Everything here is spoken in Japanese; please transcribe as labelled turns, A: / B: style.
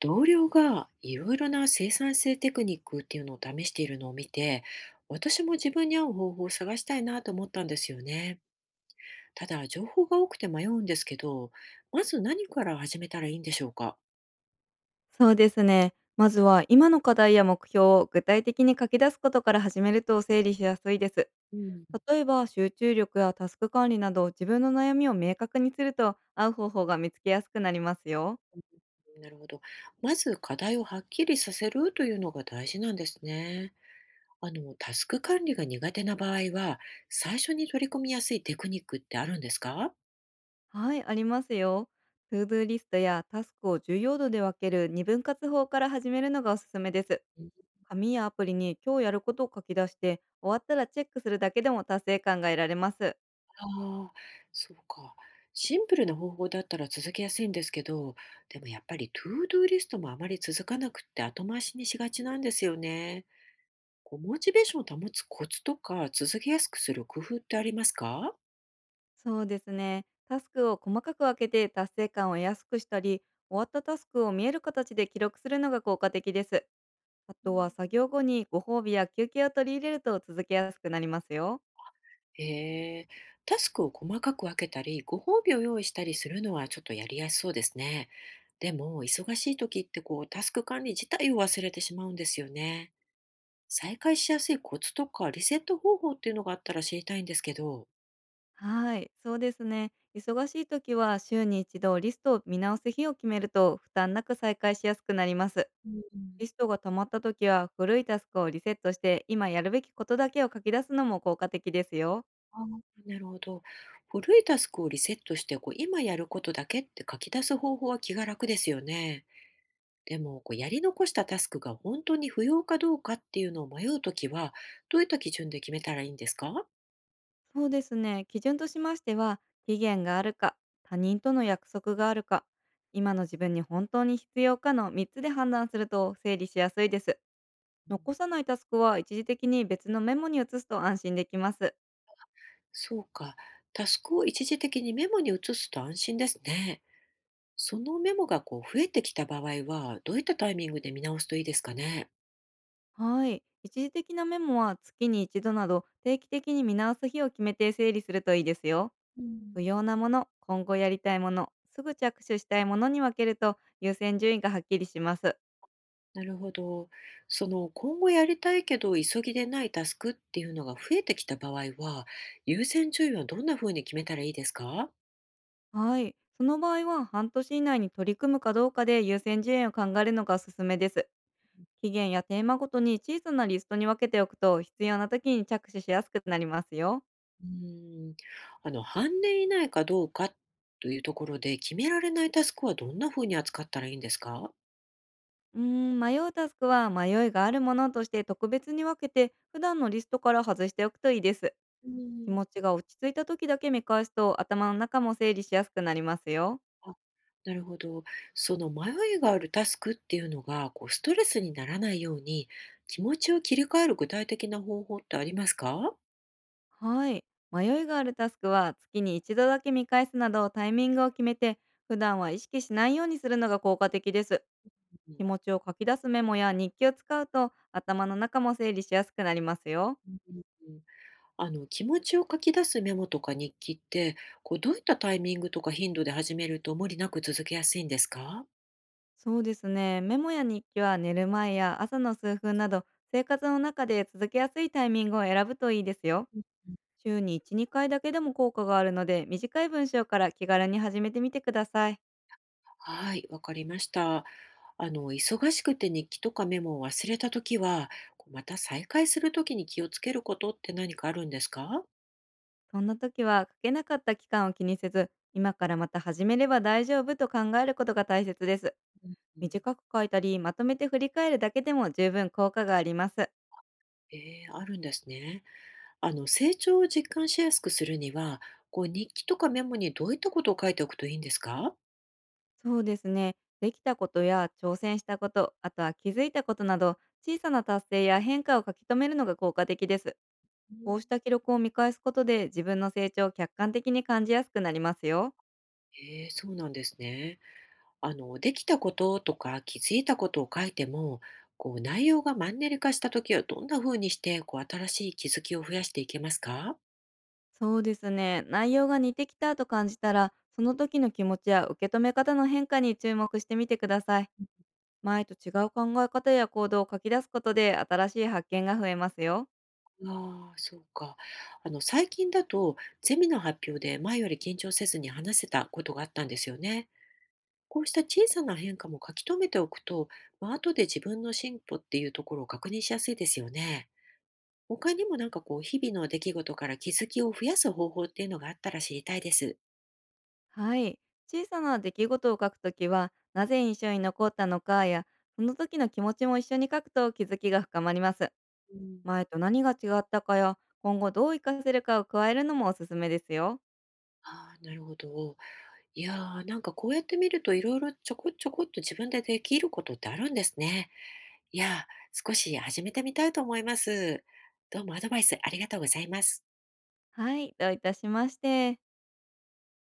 A: 同僚がいろいろな生産性テクニックっていうのを試しているのを見て、私も自分に合う方法を探したいなと思ったんですよね。ただ、情報が多くて迷うんですけど、まず何から始めたらいいんでしょうか。
B: そうですね。まずは今の課題や目標を具体的に書き出すことから始めると整理しやすいです。
A: うん、
B: 例えば集中力やタスク管理など自分の悩みを明確にすると合う方法が見つけやすくなりますよ。
A: なるほど。まず課題をはっきりさせるというのが大事なんですね。あの、タスク管理が苦手な場合は、最初に取り込みやすいテクニックってあるんですか。
B: はい、ありますよ。トゥードゥーリストやタスクを重要度で分ける二分割法から始めるのがおすすめです。紙やアプリに今日やることを書き出して終わったらチェックするだけでも達成感が得られます。
A: ああ、そうか。シンプルな方法だったら続けやすいんですけど、でもやっぱりトゥードゥーリストもあまり続かなくって後回しにしがちなんですよね。こうモチベーションを保つコツとか続けやすくする工夫ってありますか。
B: そうですね。タスクを細かく分けて達成感を得やすくしたり、終わったタスクを見える形で記録するのが効果的です。あ
A: う
B: とは
A: ん。
B: 作業後にご褒美や休憩を取り入れると続けやすくなりますよ。
A: へえ、タスクを細かく分けたり、ご褒美を用意したりするのはちょっとやりやすそうですね。でも、忙しい時ってこう、タスク管理自体を忘れてしまうんですよね。再開しやすいコツとかリセット方法っていうのがあったら知りたいんですけど。
B: はい、そうですね。忙しい時は週に一度リストを見直す日を決めると負担なく再開しやすくなります。
A: うん。
B: リストが溜まった時は古いタスクをリセットして今やるべきことだけを書き出すのも効果的ですよ。
A: ああ、なるほど。古いタスクをリセットして、こう今やることだけって書き出す方法は気が楽ですよね。でも、こうやり残したタスクが本当に不要かどうかっていうのを迷うときは、どういった基準で決めたらいいんですか？
B: そうですね。基準としましては、期限があるか、他人との約束があるか、今の自分に本当に必要かの3つで判断すると整理しやすいです。
A: うん、
B: 残さないタスクは一時的に別のメモに移すと安心できます。
A: そうか。タスクを一時的にメモに移すと安心ですね。そのメモがこう増えてきた場合は、どういったタイミングで見直すといいですかね？
B: はい。一時的なメモは月に一度など定期的に見直す日を決めて整理するといいですよ。
A: う
B: 不
A: ん。
B: 要なもの、今後やりたいもの、すぐ着手したいものに分けると優先順位がはっきりします。
A: なるほど。その今後やりたいけど急ぎでないタスクっていうのが増えてきた場合は、優先順位はどんなふうに決めたらいいですか？
B: はい。その場合は半年以内に取り組むかどうかで優先事例を考えるのがおすすめです。期限やテーマごとに小さなリストに分けておくと必要な時に着手しやすくなりますよ。
A: うーん、あの半年以内かどうかというところで、決められないタスクはどんなふうに扱ったらいいんですか？
B: 迷うタスクは迷いがあるものとして特別に分けて普段のリストから外しておくといいです。
A: う
B: 気
A: ん。
B: 持ちが落ち着いた時だけ見返すと頭の中も整理しやすくなりますよ。
A: あ、なるほど。その迷いがあるタスクっていうのが、こうストレスにならないように、気持ちを切り替える具体的な方法ってありますか？
B: はい。迷いがあるタスクは月に一度だけ見返すなどタイミングを決めて、普段は意識しないようにするのが効果的です。
A: う
B: 気
A: ん。
B: 持ちを書き出すメモや日記を使うと頭の中も整理しやすくなりますよ。
A: うんうん。うん。あの、気持ちを書き出すメモとか日記って、こうどういったタイミングとか頻度で始めると無理なく続けやすいんですか？
B: そうですね。メモや日記は寝る前や朝の数分など、生活の中で続けやすいタイミングを選ぶといいですよ。週に1、2回だけでも効果があるので、短い文章から気軽に始めてみてください。
A: はい、わかりました。あの、忙しくて日記とかメモを忘れた時は、こうまた再開する時に気をつけることって何かあるんですか？
B: そんな時は、書けなかった期間を気にせず今からまた始めれば大丈夫と考えることが大切です。
A: うんうん。
B: 短く書いたり、まとめて振り返るだけでも十分効果があります。
A: ええ、あるんですね。あの、成長を実感しやすくするには、こう日記とかメモにどういったことを書いておくといいんですか？
B: そうですね。できたことや挑戦したこと、あとは気づいたことなど、小さな達成や変化を書き留めるのが効果的です。
A: う
B: こう
A: ん、
B: した記録を見返すことで、自分の成長を客観的に感じやすくなりますよ。
A: えーそうなんですね。あの、できたこととか気づいたことを書いても、こう内容がマンネリ化した時はどんな風にして、こう新しい気づきを増やしていけますか？
B: そうですね。内容が似てきたと感じたら、その時の気持ちや受け止め方の変化に注目してみてください。前と違う考え方や行動を書き出すことで新しい発見が増えますよ。
A: ああ、そうか。あの、最近だとゼミの発表で前より緊張せずに話せたことがあったんですよね。こうした小さな変化も書き留めておくと、まあ、後で自分の進歩っていうところを確認しやすいですよね。他にもなんかこう、日々の出来事から気づきを増やす方法っていうのがあったら知りたいです。
B: はい。小さな出来事を書くときは、なぜ印象に残ったのかや、その時の気持ちも一緒に書くと気づきが深まります。
A: うん、
B: 前と何が違ったかや、今後どう活かせるかを加えるのもおすすめですよ。
A: ああ、なるほど。いやー、なんかこうやって見るといろいろちょこちょこっと自分でできることってあるんですね。いやー、少し始めてみたいと思います。どうもアドバイスありがとうございます。
B: はい、どういたしまして。